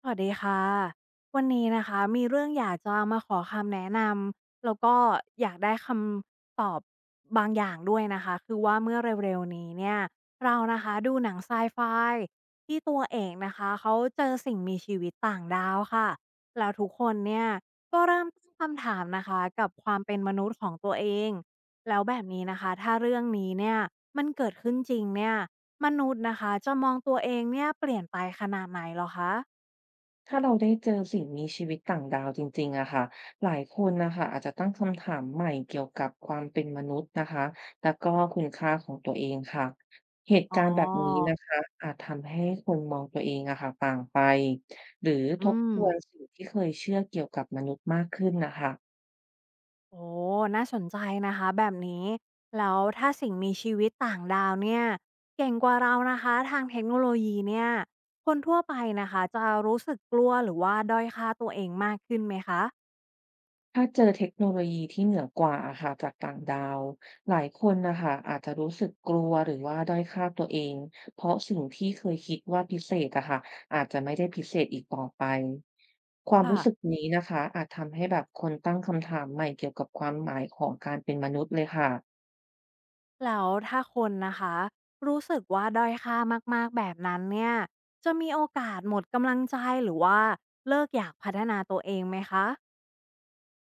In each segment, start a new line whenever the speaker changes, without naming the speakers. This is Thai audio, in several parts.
สวัสดีค่ะวันนี้นะคะมีเรื่องอยากจะมาขอคำแนะนำแล้วก็อยากได้คำตอบบางอย่างด้วยนะคะคือว่าเมื่อเร็วๆนี้เนี่ยเรานะคะดูหนังไซไฟที่ตัวเอกนะคะเขาเจอสิ่งมีชีวิตต่างดาวค่ะแล้วทุกคนเนี่ยก็เริ่มตั้งคำถามนะคะกับความเป็นมนุษย์ของตัวเองแล้วแบบนี้นะคะถ้าเรื่องนี้เนี่ยมันเกิดขึ้นจริงเนี่ยมนุษย์นะคะจะมองตัวเองเนี่ยเปลี่ยนไปขนาดไหนเหรอคะ
ถ้าเราได้เจอสิ่งมีชีวิตต่างดาวจริงๆอะค่ะหลายคนนะคะอาจจะตั้งคำถามใหม่เกี่ยวกับความเป็นมนุษย์นะคะแล้วก็คุณค่าของตัวเองค่ะเหตุ
อ๋อ
การณ์แบบนี้นะคะอาจทำให้คนมองตัวเองอะค่ะต่างไป หรือท
อื
บ
ม
ทวนสิ่งที่เคยเชื่อเกี่ยวกับมนุษย์มากขึ้นนะคะ
โอ้น่าสนใจนะคะแบบนี้ แล้วถ้าสิ่งมีชีวิตต่างดาวเนี่ยเก่งกว่าเรานะคะทางเทคโนโลยีเนี่ยคนทั่วไปนะคะจะรู้สึกกลัวหรือว่าด้อยค่าตัวเองมากขึ้นไหมคะ
ถ้าเจอเทคโนโลยีที่เหนือกว่าอะค่ะจากต่างดาว หลายคนนะคะอาจจะรู้สึกกลัวหรือว่าด้อยค่าตัวเอง เพราะสิ่งที่เคยคิดว่าพิเศษอะค่ะอาจจะไม่ได้พิเศษอีกต่อไป ความ
ค่ะ
รู้สึกนี้นะคะอาจทำให้แบบคนตั้งคำถามใหม่เกี่ยวกับความหมายของการเป็นมนุษย์เลยค่ะ
แล้วถ้าคนนะคะรู้สึกว่าด้อยค่ามากๆแบบนั้นเนี่ยจะมีโอกาสหมดกำลังใจหรือว่าเลิกอยากพัฒนาตัวเองไหมคะ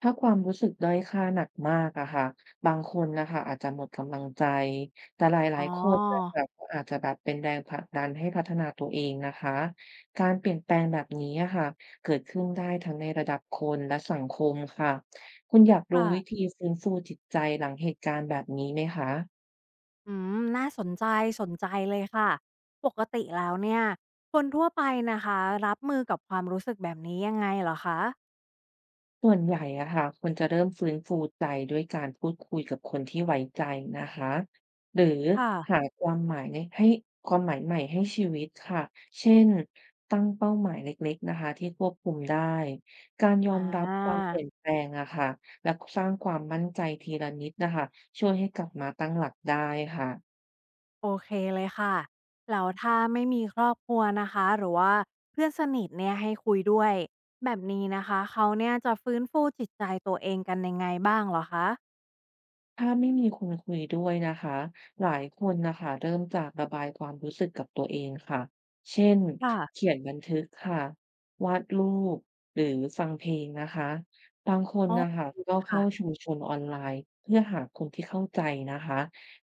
ถ้าความรู้สึกด้อยค่าหนักมากอะค่ะบางคนนะคะอาจจะหมดกำลังใจแต่หลา
อ๋
ยๆคนนะ
อ
คะก็อาจจะแบบเป็นแรงผลักดันให้พัฒนาตัวเองนะคะการเปลี่ยนแปลงแบบนี้อะค่ะเกิดขึ้นได้ทั้งในระดับคนและสังคมค่ะคุณอยากรู้วิ
ค่ะ
ธีฟื้นฟูจิตใจหลังเหตุการณ์แบบนี้ไหมคะ
อืมน่าสนใจสนใจเลยค่ะปกติแล้วเนี่ยคนทั่วไปนะคะรับมือกับความรู้สึกแบบนี้ยังไงเหรอคะ
ส่วนใหญ่อะค่ะควรจะเริ่มฟื้นฟูใจด้วยการพูดคุยกับคนที่ไว้ใจนะคะหรือ
ค่ะ
หาความหมายในให้ความหมายใหม่ให้ชีวิตค่ะเช่นตั้งเป้าหมายเล็กๆนะคะที่ควบคุมได้การยอ
อ
มรับความ
า
เปลี่ยนแปลงอะค่ะและสร้างความมั่นใจทีละนิดนะคะช่วยให้กลับมาตั้งหลักได้ค่ะ
โอเคเลยค่ะแล้วถ้าไม่มีครอบครัวนะคะหรือว่าเพื่อนสนิทเนี่ยให้คุยด้วยแบบนี้นะคะเขาเนี่ยจะฟื้นฟูจิตใจตัวเองกันยังไงบ้างเหรอคะ
ถ้าไม่มีคนคุยด้วยนะคะหลายคนนะคะเริ่มจากระบายความรู้สึกกับตัวเองค่ะเช่น
ค่ะ
เขียนบันทึกค่ะวาดรูปหรือฟังเพลงนะคะบางคน
อ๋อ
นะคะ
ดี
ก็
เลย
เข้า
ค่ะ
ชุมชนออนไลน์เพื่อหาคนที่เข้าใจนะคะ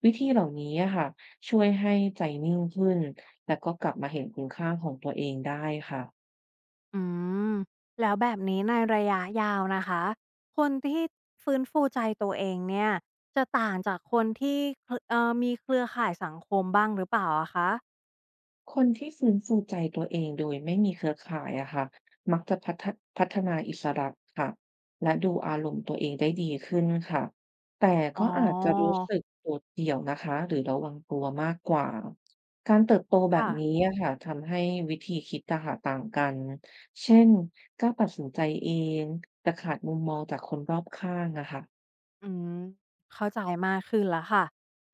วิธีเหล่านี้อะค่ะช่วยให้ใจนิ่งขึ้นและก็กลับมาเห็นคุณค่าของตัวเองได้ค่ะ
อืมแล้วแบบนี้ในระยะยาวนะคะคนที่ฟื้นฟูใจตัวเองเนี่ยจะต่างจากคนที่เครือมีเครือข่ายสังคมบ้างหรือเปล่าอะคะ
คนที่ฟื้นฟูใจตัวเองโดยไม่มีเครือข่ายอะค่ะมักจะพัฒนาอิสระค่ะและดูอารมณ์ตัวเองได้ดีขึ้นค่ะแต่
อ๋อ
ก็อาจจะรู้สึกโดดเดี่ยวนะคะหรือระวังตัวมากกว่า การเติบโตแบบ
ค่ะ
นี้อะค่ะทำให้วิธีคิดอะหากต่างกัน เช่นกล้าตัดสินใจเองแต่ขาดมุมมองจากคนรอบข้างอะค่ะ
อืมเข้าใจมากขึ้นแล้วค่ะ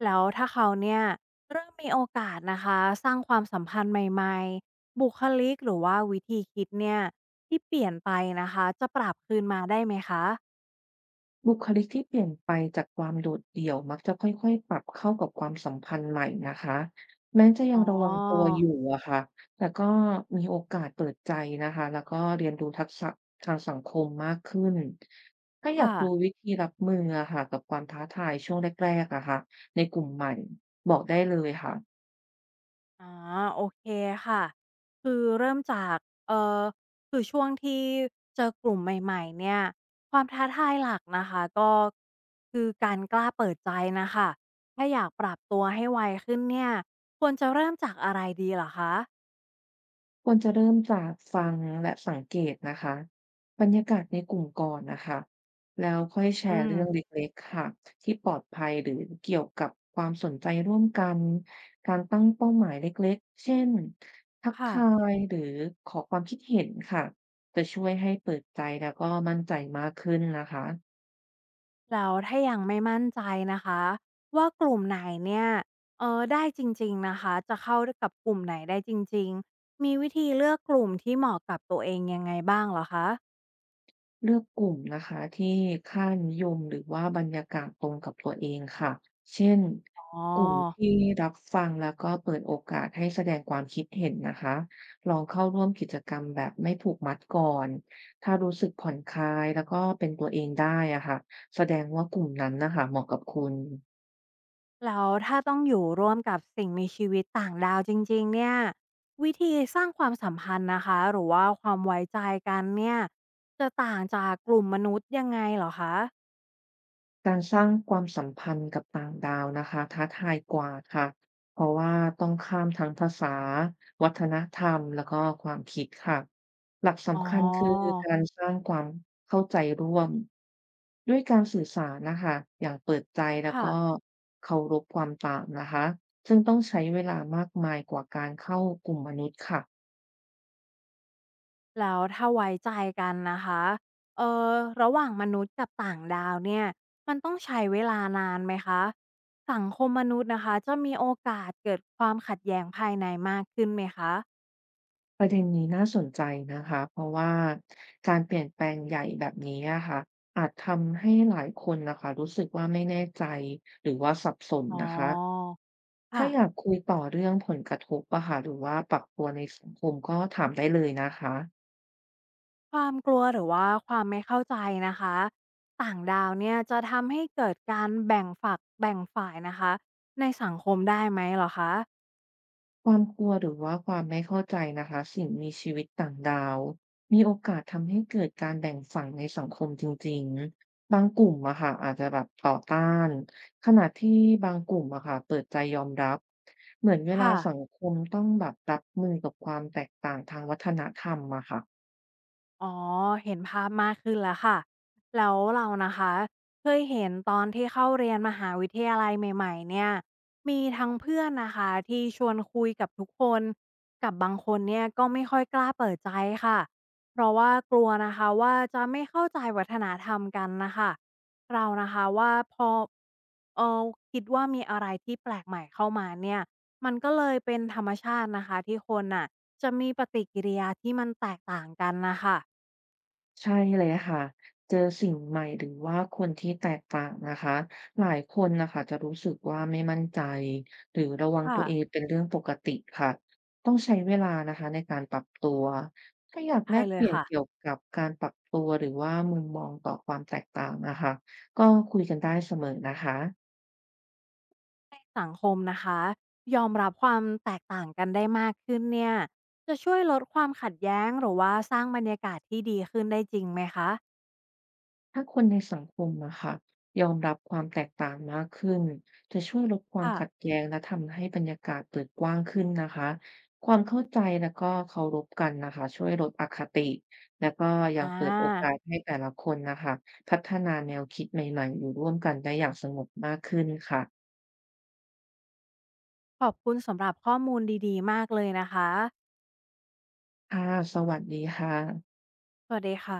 แล้วถ้าเขาเนี่ยเริ่มมีโอกาสนะคะสร้างความสัมพันธ์ใหม่ๆบุคลิกหรือว่าวิธีคิดเนี่ยที่เปลี่ยนไปนะคะจะปรับคืนมาได้ไหมคะ
บุคลิกที่เปลี่ยนไปจากความโดดเดี่ยวมักจะค่อยๆ ปรับเข้ากับความสัมพันธ์ใหม่นะคะแม้จะยั
อ๋
ง
อ
ระวังตัวอยู่อะค่ะแต่ก็มีโอกาสเปิดใจนะคะแล้วก็เรียนรู้ทักษะทางสังคมมากขึ้นถ้าอยาก
ค่ะ
รู้วิธีรับมืออะค่ะกับความท้าทายช่วงแรกๆอะค่ะในกลุ่มใหม่บอกได้เลยค่ะ
ออโอเคค่ะคือเริ่มจากเอ่อคือช่วงที่เจอกลุ่มใหม่ๆเนี่ยความท้าทายหลักนะคะก็คือการกล้าเปิดใจน่ะค่ะถ้าอยากปรับตัวให้ไวขึ้นเนี่ยควรจะเริ่มจากอะไรดีเหรอคะ
ควรจะเริ่มจากฟังและสังเกตนะคะบรรยากาศในกลุ่มก่อนนะคะแล้วค่อยแช
อื
ร์เรื่องเ
ม
ล็กๆค่ะที่ปลอดภัยหรือเกี่ยวกับความสนใจร่วมกันการตั้งเป้าหมายเล็กๆเช่นทัก
ค่ะ
ทายหรือขอความคิดเห็นค่ะจะช่วยให้เปิดใจแล้วก็มั่นใจมากขึ้นนะคะ
แล้วถ้ายังไม่มั่นใจนะคะว่ากลุ่มไหนเนี่ยได้จริงๆนะคะจะเข้าด้วยกับกลุ่มไหนได้จริงๆมีวิธีเลือกกลุ่มที่เหมาะกับตัวเองยังไงบ้างเหรอคะ
เลือกกลุ่มนะคะที่ค่านิยมหรือว่าบรรยากาศตรงกับตัวเองค่ะเช่น
อ๋อ
กลุ่มที่รับฟังแล้วก็เปิดโอกาสให้แสดงความคิดเห็นนะคะลองเข้าร่วมกิจกรรมแบบไม่ผูกมัดก่อน ถ้ารู้สึกผ่อนคลายแล้วก็เป็นตัวเองได้อะค่ะแสดงว่ากลุ่มนั้นนะคะเหมาะกับคุณ
แล้วถ้าต้องอยู่ร่วมกับสิ่งมีชีวิตต่างดาวจริงๆเนี่ยวิธีสร้างความสัมพันธ์นะคะหรือว่าความไว้ใจกันเนี่ยจะต่างจากกลุ่มมนุษย์ยังไงเหรอคะ
การสร้างความสัมพันธ์กับต่างดาวนะคะท้าทายกว่าค่ะเพราะว่าต้องข้ามทั้งภาษาวัฒนธรรมแล้วก็ความคิดค่ะหลัก
อ๋อ
สำคัญคือการสร้างความเข้าใจร่วมด้วยการสื่อสารนะคะอย่างเปิดใจแล้ว
ค่ะ
ก็เคารพความต่างนะคะซึ่งต้องใช้เวลามากมายกว่าการเข้ากลุ่มมนุษย์ค่ะ
แล้วถ้าไว้ใจกันนะคะเอ่อระหว่างมนุษย์กับต่างดาวเนี่ยมันต้องใช้เวลานานไหมคะสังคมมนุษย์นะคะจะมีโอกาสเกิดความขัดแย้งภายในมากขึ้นไหมคะ
ประเด็นนี้น่าสนใจนะคะ เพราะว่าการเปลี่ยนแปลงใหญ่แบบนี้อะค่ะอาจทำให้หลายคนนะคะรู้สึกว่าไม่แน่ใจหรือว่าสับสน
อ๋อ
นะคะ ถ้า
ค่ะ
อยากคุยต่อเรื่องผลกระทบอะค่ะหรือว่าปรับตัวในสังคมก็ถามได้เลยนะคะ
ความกลัวหรือว่าความไม่เข้าใจนะคะต่างดาวเนี่ยจะทำให้เกิดการแบ่งฝักแบ่งฝ่ายนะคะในสังคมได้ไหมเหรอคะ
ความกลัวหรือว่าความไม่เข้าใจนะคะสิ่งมีชีวิตต่างดาวมีโอกาสทำให้เกิดการแบ่งฝั่งในสังคมจริงๆบางกลุ่มอะค่ะอาจจะแบบต่อต้านขณะที่บางกลุ่มอะค่ะเปิดใจยอมรับเหมือนเวลา
ค่ะ
สังคมต้องแบบรับมือกับความแตกต่างทางวัฒนธรรมอะค่ะ
อ๋อเห็นภาพมากขึ้นแล้วค่ะแล้วเรานะคะเคยเห็นตอนที่เข้าเรียนมหาวิทยาลัยใหม่ๆเนี่ยมีทั้งเพื่อนนะคะที่ชวนคุยกับทุกคนกับบางคนเนี่ยก็ไม่ค่อยกล้าเปิดใจค่ะเพราะว่ากลัวนะคะว่าจะไม่เข้าใจวัฒนธรรมกันนะคะเรานะคะว่าพอเออคิดว่ามีอะไรที่แปลกใหม่เข้ามาเนี่ยมันก็เลยเป็นธรรมชาตินะคะที่คนน่ะจะมีปฏิกิริยาที่มันแตกต่างกันนะคะ
ใช่เลยค่ะเจอสิ่งใหม่หรือว่าคนที่แตกต่างนะคะหลายคนนะคะจะรู้สึกว่าไม่มั่นใจหรือระวังตั
ค่ะ
วเองเป็นเรื่องปกติค่ะต้องใช้เวลานะคะในการปรับตัวถ้าอยากแล
ใช่
ก
เล
เป
ย
ลี่ยน
ค่ะ
เกี่ยวกับการปรับตัวหรือว่ามุมมองต่อความแตกต่างนะคะก็คุยกันได้เสมอนะคะ
ในสังคมนะคะยอมรับความแตกต่างกันได้มากขึ้นเนี่ยจะช่วยลดความขัดแย้งหรือว่าสร้างบรรยากาศที่ดีขึ้นได้จริงไหมคะ
ถ้าคนในสังคมอะค่ะยอมรับความแตกต่างมากขึ้นจะช่วยลดความ
ค่ะ
ขัดแย้งและทำให้บรรยากาศเปิดกว้างขึ้นนะคะความเข้าใจแล้วก็เคารพกันนะคะช่วยลดอคติแล้วก็ยัง
อา
เปิดโอกาสให้แต่ละคนนะคะพัฒนาแนวคิดใหม่ๆอยู่ร่วมกันได้อย่างสงบมากขึ้นค่ะ
ขอบคุณสำหรับข้อมูลดีๆมากเลยนะคะ
ค่ะสวัสดีค่ะ
สวัสดีค่ะ